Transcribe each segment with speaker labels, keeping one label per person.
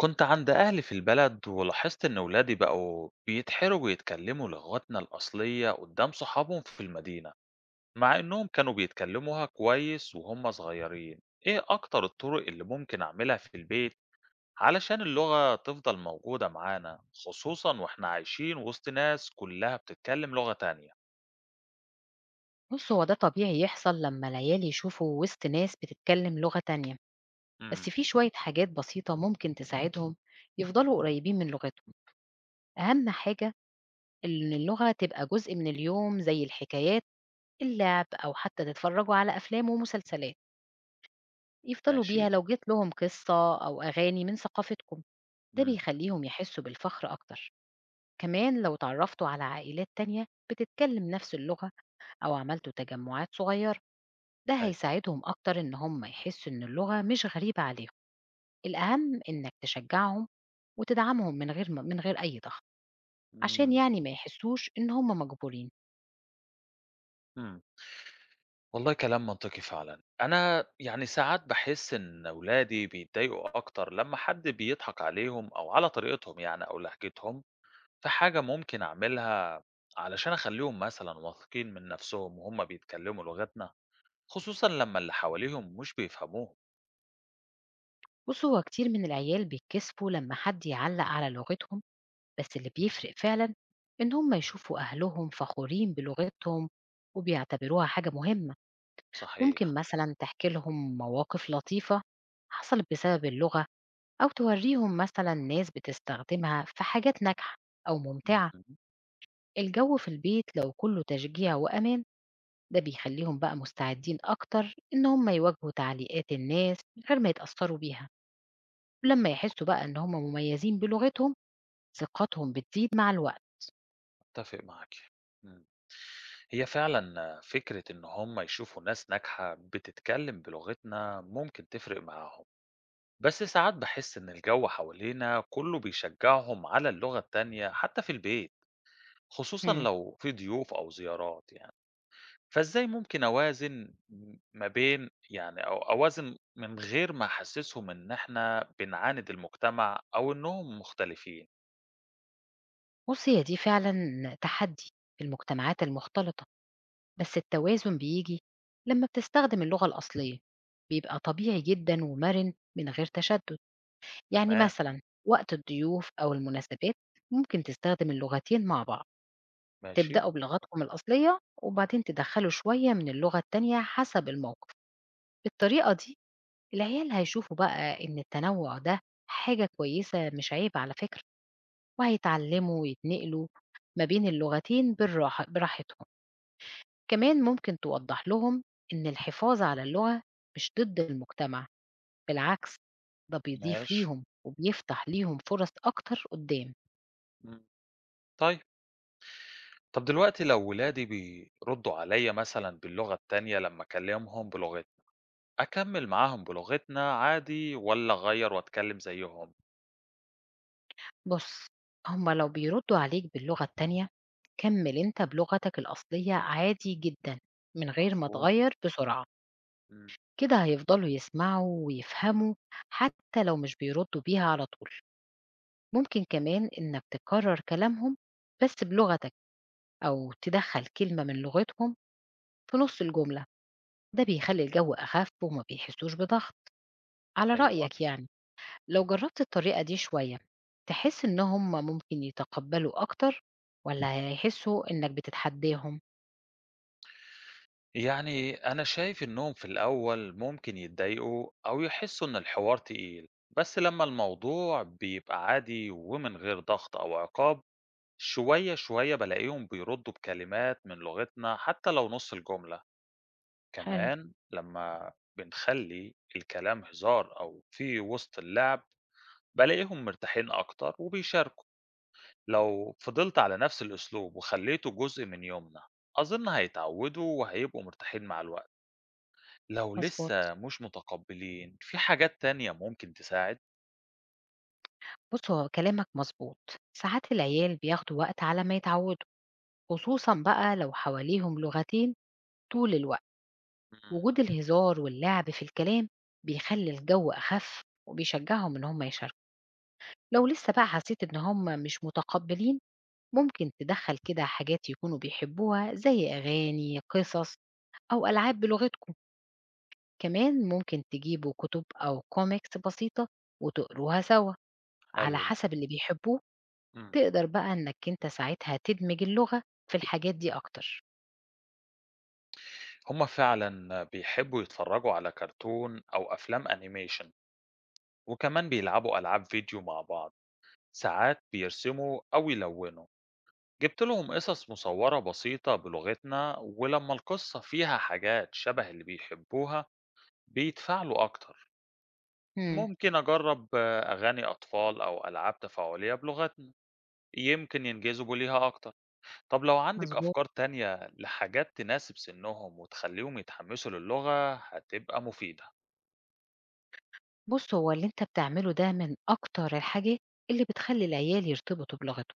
Speaker 1: كنت عند أهلي في البلد ولاحظت إن ولادي بقوا بيتحروا ويتكلموا لغتنا الأصلية قدام صحابهم في المدينة، مع إنهم كانوا بيتكلموها كويس وهم صغيرين. إيه أكتر الطرق اللي ممكن أعملها في البيت علشان اللغة تفضل موجودة معانا، خصوصا وإحنا عايشين وسط ناس كلها بتتكلم لغة تانية؟
Speaker 2: بُص، هو ده طبيعي يحصل لمّا العيال يشوفوا وسط ناس بتتكلم لغة تانية، بس
Speaker 1: امم.
Speaker 2: في شوية حاجات بسيطة ممكن تساعدهم يفضلوا قريبين من لغتهم. أهم حاجة إن اللغة تبقى جزء من اليوم زي الحكايات، اللعب، أو حتى تتفرجوا على أفلام ومسلسلات يفضلوا
Speaker 1: ماشي.
Speaker 2: بيها لو جيت لهم قصة أو أغاني من ثقافتكم. ده
Speaker 1: امم.
Speaker 2: بيخليهم يحسوا بالفخر أكتر. كمان لو اتعرفتوا على عائلات تانية بتتكلم نفس اللغة أو عملتوا تجمعات صغيرة، ده
Speaker 1: أيوه.
Speaker 2: هيساعدهم أكتر إن هم يحسوا إن اللغة مش غريبة عليهم. الأهم إنك تشجعهم وتدعمهم من غير أي ضغط، عشان
Speaker 1: امم.
Speaker 2: يعني ما يحسوش إن هم مجبورين.
Speaker 1: امم. والله كلام منطقي فعلًا. أنا يعني ساعات باحس إن ولادي بيتضايقوا أكتر لمّا حد بيضحك عليهم أو على طريقتهم يعني أو لهجتهم، فحاجة ممكن أعملها علشان أخلّيهم مثلًا واثقين من نفسهم وهُم بيتكلموا لغتنا، خصوصًا لمّا اللي حواليهم مش بيفهموهم.
Speaker 2: بص، هو كتير من العيال بيتكسفوا لما حد يعلق على لغتهم، بس اللي بيفرق فعلا إن هم يشوفوا أهلهم فخورين بلغتهم وبيعتبروها حاجة مهمة.
Speaker 1: صحيح.
Speaker 2: ممكن مثلا تحكي لهم مواقف لطيفة حصلت بسبب اللغة، أو توريهم مثلا ناس بتستخدمها في حاجات ناجحة أو ممتعة.
Speaker 1: اهم.
Speaker 2: الجو في البيت لو كله تشجيع وأمان، ده بيخليهم بقى مستعدين أكتر إن هم يواجهوا تعليقات الناس من غير ما يتأثروا بيها، ولما يحسوا بقى إن هم مميزين بلغتهم، ثقتهم بتزيد مع الوقت.
Speaker 1: أتفق معاكِ. إمم. هي فعلًا فكرة إن هُم يشوفوا ناس ناجحة بتتكلم بلغتنا ممكن تفرق معاهم. بس ساعات بحس إن الجو حوالينا كله بيشجعهم على اللغة التانية حتى في البيت، خصوصا
Speaker 2: مم.
Speaker 1: لو في ضيوف أو زيارات يعني. فإزاي ممكن أوازن ما بين يعني أو أوازن من غير ما أحسسهم إن إحنا بنعاند المجتمع أو إنهم مختلفين؟
Speaker 2: بصي، هي دي فعلا تحدي في المجتمعات المختلطة، بس التوازن بيجي لما بتستخدم اللغة الأصلية، بيبقى طبيعي جدا ومرن من غير تشدد. يعني
Speaker 1: تمام.
Speaker 2: مثلا وقت الضيوف أو المناسبات، ممكن تستخدم اللغتين مع بعض،
Speaker 1: ماشي.
Speaker 2: تبدأوا بلغتكم الأصلية وبعدين تدخّلوا شوية من اللغة التانية حسب الموقف. بالطريقة دي العيال هيشوفوا بقى إن التنوُّع ده حاجة كويسة مش عيب على فكرة، وهيتعلّموا ويتنقلوا ما بين اللغتين بالراحة براحتهم. كمان ممكن توضّح لهم إن الحفاظ على اللغة مش ضد المجتمع، بالعكس، ده بيضيف
Speaker 1: ماشي.
Speaker 2: ليهم وبيفتح ليهم فرص أكتر قُدّام.
Speaker 1: مم. طيب. طب دلوقتي لو ولادي بيردوا عليا مثلا باللغة التانية لما أكلمهم بلغتنا، أكمل معاهم بلغتنا عادي ولا أغير وأتكلم زيهم؟
Speaker 2: بُص، هُم لو بيردّوا عليك باللغة التانية، كمّل أنت بلغتك الأصلية عادي جدًا، من غير ما
Speaker 1: مفهوم.
Speaker 2: تغيّر بسرعة.
Speaker 1: إمم.
Speaker 2: كده هيفضلوا يسمعوا ويفهموا حتى لو مش بيردّوا بيها على طول. ممكن كمان إنك تكرّر كلامهم بس بلغتك، أو تدخّل كلمة من لغتهم في نُص الجملة، ده بيخلّي الجو أخف وما بيحسّوش بضغط، على
Speaker 1: أيوه.
Speaker 2: رأيك يعني. لو جربت الطريقة دي شوية، تحس إن هم ممكن يتقبلوا أكتر والّا هيحسوا إنك بتتحداهم؟
Speaker 1: يعني أنا شايف إنّهم في الأول ممكن يتضايقوا أو يحسّوا إن الحوار تقيل، بس لمّا الموضوع بيبقى عادي ومن غير ضغط أو عقاب، شوية، شوية بالاقيهم بيردّوا بكلمات من لغتنا حتّى لو نُص الجملة.
Speaker 2: حلو،
Speaker 1: كمان لمّا بنخلّي الكلام هزار أو في وسط اللعب، بالاقيهم مرتاحين أكتر وبيشاركوا. لو فضلت على نفس الأسلوب وخليته جزء من يومنا أظن هيتعودوا وهيبقوا مرتاحين مع الوقت. لو
Speaker 2: مضبوط.
Speaker 1: لسه مش متقبلين في حاجات تانية ممكن تساعد.
Speaker 2: بُص، هو كلامك مضبوط، ساعات العيال بياخدوا وقت على ما يتعودوا، خصوصًا بقى لو حواليهم لغتين طول الوقت.
Speaker 1: مم.
Speaker 2: وجود الهزار واللعب في الكلام بيخلّي الجو أخف وبيشجعهم إن هم يشاركوا. لو لسه بقى حسيت إن هم مش متقبلين، ممكن تدخّل كده حاجات يكونوا بيحبوها زي أغاني، قصص أو ألعاب بلغتكم. كمان ممكن تجيبوا كتب أو كوميكس بسيطة وتقروها سوا على
Speaker 1: حلو ده.
Speaker 2: حسب اللي بيحبوه.
Speaker 1: مم.
Speaker 2: تقدر بقى إنك أنت ساعتها تدمج اللغة في الحاجات دي أكتر.
Speaker 1: هما فعلا بيحبوا يتفرجوا على كرتون أو أفلام أنيميشن، وكمان بيلعبوا ألعاب فيديو مع بعض، ساعات بيرسموا أو يلونوا. جبت لهم قصص مصورة بسيطة بلغتنا ولما القصة فيها حاجات شبه اللي بيحبوها بيتفاعلوا أكتر.
Speaker 2: امم.
Speaker 1: ممكن أجرب أغاني أطفال أو ألعاب تفاعلية بلغتنا، يمكن ينجذبوا ليها أكتر. طب لو عندك
Speaker 2: مظبوط.
Speaker 1: أفكار تانية لحاجات تناسب سنهم وتخليهم يتحمسوا للغة هتبقى مفيدة.
Speaker 2: بص، هو اللي أنت بتعمله ده من أكتر الحاجات اللي بتخلي العيال يرتبطوا بلغته،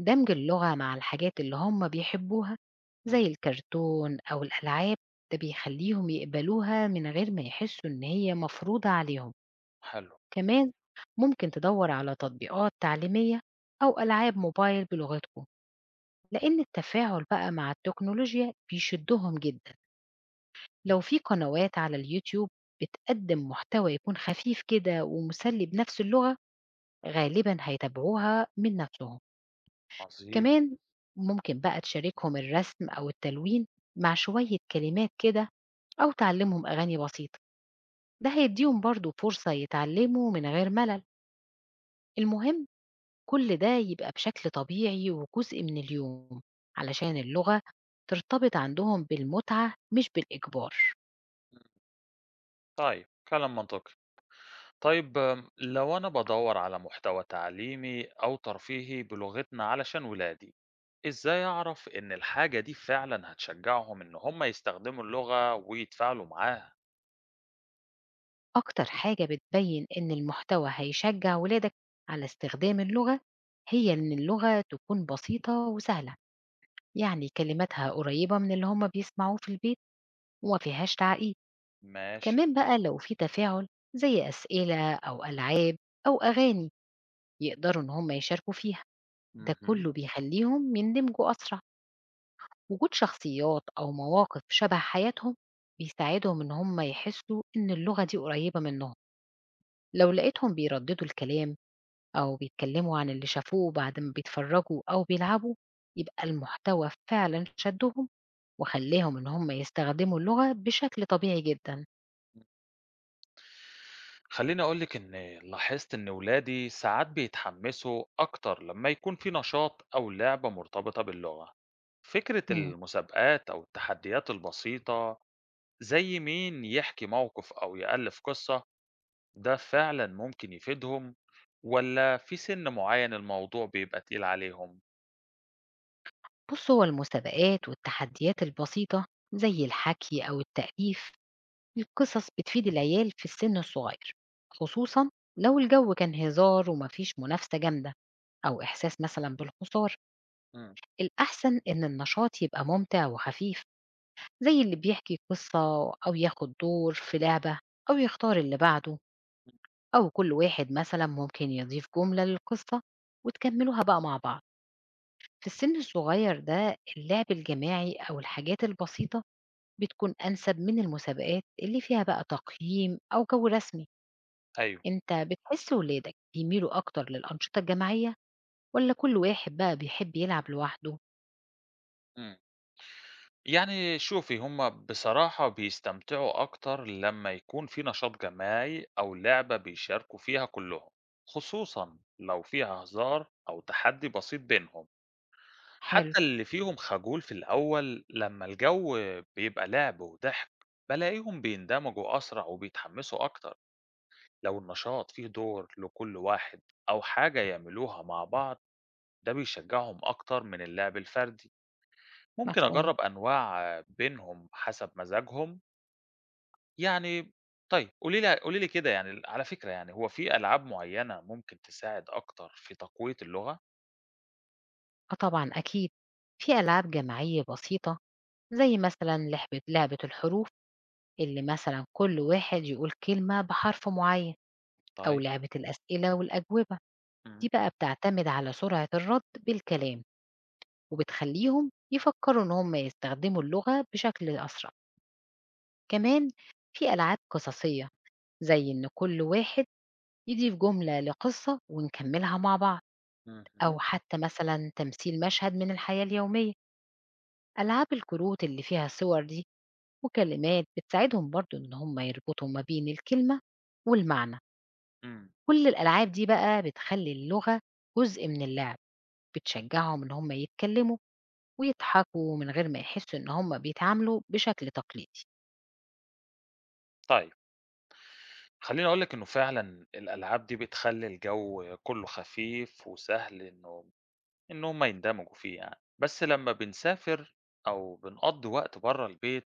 Speaker 2: دمج اللغة مع الحاجات اللي هم بيحبوها زي
Speaker 1: مم.
Speaker 2: الكرتون أو الألعاب، ده بيخليهم يقبلوها من غير ما يحسوا إن هي مفروضة عليهم.
Speaker 1: حلو.
Speaker 2: كمان ممكن تدور على تطبيقات تعليمية أو ألعاب موبايل بلغتكم، لأن التفاعل بقى مع التكنولوجيا بيشدهم جدا. لو في قنوات على اليوتيوب بتقدم محتوى يكون خفيف كده ومسلي بنفس اللغة، غالبا هيتابعوها من نفسهم.
Speaker 1: عظيم.
Speaker 2: كمان ممكن بقى تشاركهم الرسم أو التلوين مع شوية كلمات كده، أو تعلمهم أغاني بسيطة، ده هيديهم برضو فرصة يتعلموا من غير ملل. المهم كل ده يبقى بشكل طبيعي وجزء من اليوم، علشان اللغة ترتبط عندهم بالمتعة مش بالإجبار.
Speaker 1: طيب كلام منطقي. طيب لو أنا بدور على محتوى تعليمي أو ترفيهي بلغتنا علشان ولادي، إزاي أعرف إن الحاجة دي فعلا هتشجعهم إن هم يستخدموا اللغة ويتفاعلوا معاها؟
Speaker 2: أكتر حاجة بتبين إن المحتوى هيشجع ولادك على استخدام اللغة، هي إن اللغة تكون بسيطة وسهلة، يعني كلماتها قريبة من اللي هما بيسمعوه في البيت وما فيهاش تعقيد.
Speaker 1: ماشي.
Speaker 2: كمان بقى لو في تفاعل زي أسئلة أو ألعاب أو أغاني يقدروا إن هما يشاركوا فيها، ده
Speaker 1: مهم.
Speaker 2: كله بيخليهم يندمجوا أسرع. وجود شخصيات أو مواقف شبه حياتهم بيساعدهم إن هم يحسوا إن اللغة دي قريبة منهم. لو لقيتهم بيرددوا الكلام أو بيتكلموا عن اللي شافوه بعد ما بيتفرجوا أو بيلعبوا، يبقى المحتوى فعلا شدهم وخليهم إن هم يستخدموا اللغة بشكل طبيعي جدا.
Speaker 1: خلّيني أقول لِك إن لاحظت إن ولادي ساعات بيتحمّسوا أكتر لمّا يكون في نشاط أو لعبة مرتبطة باللغة. فكرة
Speaker 2: مم.
Speaker 1: المسابقات أو التحديات البسيطة زي مين يحكي موقف أو يألّف قصة، ده فعلًا ممكن يفيدهم والّا في سِن معيّن الموضوع بيبقى تقيل عليهم؟
Speaker 2: بص، هو المسابقات والتحديات البسيطة زي الحكي أو التأليف القصص بتفيد العيال في السن الصغير، خصوصا لو الجو كان هزار ومفيش منافسة جامدة أو إحساس مثلا بالخسارة.
Speaker 1: إمم.
Speaker 2: الأحسن إن النشاط يبقى ممتع وخفيف، زي اللي بيحكي قصة أو ياخد دور في لعبة أو يختار اللي بعده،
Speaker 1: إمم.
Speaker 2: أو كل واحد مثلا ممكن يضيف جملة للقصة وتكملوها بقى مع بعض. في السن الصغير ده اللعب الجماعي أو الحاجات البسيطة بتكون أنسب من المسابقات اللي فيها بقى تقييم أو جو رسمي.
Speaker 1: أيوه.
Speaker 2: أنت بتحس ولادك بيميلوا أكتر للأنشطة الجماعية ولا كل واحد بقى بيحب يلعب لوحده؟
Speaker 1: إمم. يعني شوفي هُم بصراحة بيستمتعوا أكتر لمّا يكون في نشاط جماعي أو لعبة بيشاركوا فيها كلّهم، خصوصًا لو فيها هزار أو تحدّي بسيط بينهم،
Speaker 2: حلو.
Speaker 1: حتى اللي فيهم خجول في الأول لمّا الجو بيبقى لعب وضحك بالاقيهم بيندمجوا أسرع وبيتحمسوا أكتر، لو النشاط فيه دور لكل واحد أو حاجة يعملوها مع بعض ده بيشجعهم أكتر من اللعب الفردي، ممكن
Speaker 2: مفهوم.
Speaker 1: أجرّب أنواع بينهم حسب مزاجهم يعني. طيب، قولي لي قولي لي كده يعني على فكرة يعني، هو في ألعاب معيّنة ممكن تساعد أكتر في تقوية اللغة؟
Speaker 2: آه طبعًا أكيد، في ألعاب جماعية بسيطة زي مثلًا لحبة لعبة الحروف اللي مثلًا كل واحد يقول كلمة بحرف معين، أو
Speaker 1: طيب.
Speaker 2: لعبة الأسئلة والأجوبة،
Speaker 1: إمم.
Speaker 2: دي بقى بتعتمد على سرعة الرد بالكلام، وبتخليهم يفكروا إن هم يستخدموا اللغة بشكل أسرع. كمان في ألعاب قصصية زي إن كل واحد يضيف جملة لقصة ونكملها مع بعض،
Speaker 1: إمم.
Speaker 2: أو
Speaker 1: اهم.
Speaker 2: حتى مثلًا تمثيل مشهد من الحياة اليومية. ألعاب الكروت اللي فيها صور دي وكلمات بتساعدهم برضو إن هم يربطوا ما بين الكلمة والمعنى.
Speaker 1: إمم.
Speaker 2: كل الألعاب دي بقى بتخلي اللغة جزء من اللعب، بتشجعهم إن هم يتكلموا ويضحكوا من غير ما يحسوا إن هم بيتعاملوا بشكل تقليدي.
Speaker 1: طيب خلّيني أقول لِك إنه فعلًا الألعاب دي بتخلّي الجو كُلّه خفيف وسهل إن هم يندمجوا فيه يعني، بس لمّا بنسافر أو بنقضّي وقت برّه البيت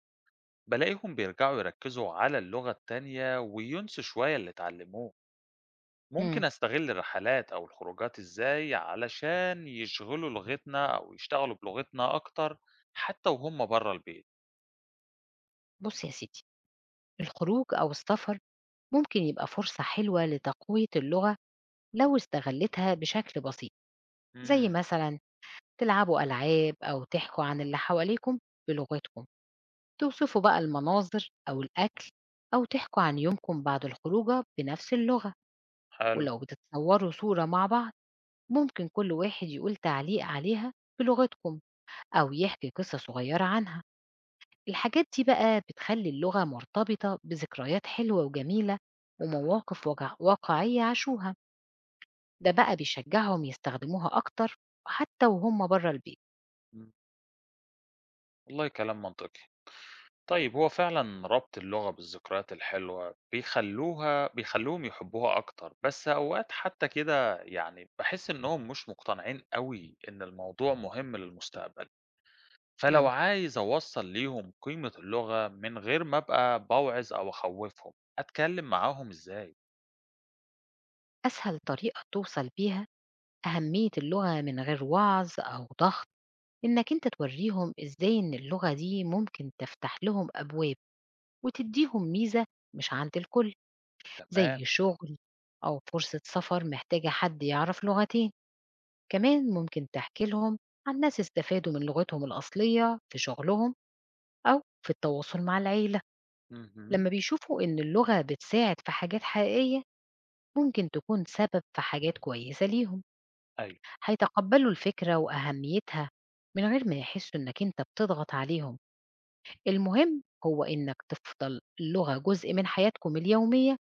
Speaker 1: بالاقيهم بيرجعوا يركّزوا على اللغة التانية وينسوا شوية اللي اتعلموه. ممكن
Speaker 2: مم.
Speaker 1: أستغل الرحلات أو الخروجات إزاي علشان يشغلوا لغتنا أو يشتغلوا بلغتنا أكتر حتى وهم بره البيت؟
Speaker 2: بص يا سيدي، الخروج أو السفر ممكن يبقى فرصة حلوة لتقوية اللغة لو استغلتها بشكل بسيط. زي
Speaker 1: امم.
Speaker 2: مثلا تلعبوا ألعاب أو تحكوا عن اللي حواليكم بلغتكم، توصفوا بقى المناظر أو الأكل، أو تحكوا عن يومكم بعد الخروجة بنفس اللغة.
Speaker 1: حلو.
Speaker 2: ولو بتتصوروا صورة مع بعض، ممكن كل واحد يقول تعليق عليها بلغتكم أو يحكي قصة صغيرة عنها. الحاجات دي بقى بتخلي اللغة مرتبطة بذكريات حلوة وجميلة ومواقف واقعية عاشوها. ده بقى بيشجعهم يستخدموها أكتر حتى وهم بره البيت.
Speaker 1: مم. والله كلام منطقي. طيب هو فعلا ربط اللغة بالذكريات الحلوة بيخلوهم يحبوها أكتر، بس أوقات حتى كده يعني بحس إنهم مش مقتنعين قوي إن الموضوع مهم للمستقبل، فلو
Speaker 2: مم.
Speaker 1: عايز أوصّل ليهم قيمة اللغة من غير ما أبقى باوعظ أو أخوّفهم، أتكلّم معاهم إزاي؟
Speaker 2: أسهل طريقة توصل بيها أهمية اللغة من غير وعظ أو ضغط، إنك أنت تورّيهم إزاي إن اللغة دي ممكن تفتح لهم أبواب وتدّيهم ميزة مش عند الكل،
Speaker 1: تمام.
Speaker 2: زي شغل أو فرصة سفر محتاجة حد يعرف لغتين. كمان ممكن تحكي لهم عن ناس استفادوا من لغتهم الأصلية في شغلهم أو في التواصل مع العيلة.
Speaker 1: اهم.
Speaker 2: لمّا بيشوفوا إن اللغة بتساعد في حاجات حقيقية، ممكن تكون سبب في حاجات كويسة ليهم،
Speaker 1: أيوه.
Speaker 2: هيتقبّلوا الفكرة وأهميتها من غير ما يحسّوا إنك أنت بتضغط عليهم. المهم هو إنك تفضل اللغة جزء من حياتكم اليومية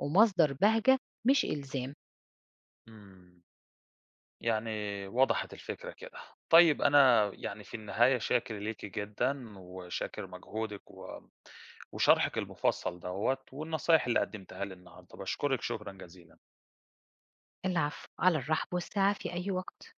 Speaker 2: ومصدر بهجة مش إلزام.
Speaker 1: إمم. يعني وضحت الفكرة كده. طيب أنا يعني في النهاية شاكر ليكِ جدًا، وشاكر مجهودِك وشرحِك المفصّل دوّة، والنصايح اللي قدّمتيها لي النهارده، باشكرِك شكرًا جزيلًا.
Speaker 2: العفو، على الرحب والسعة في أي وقت.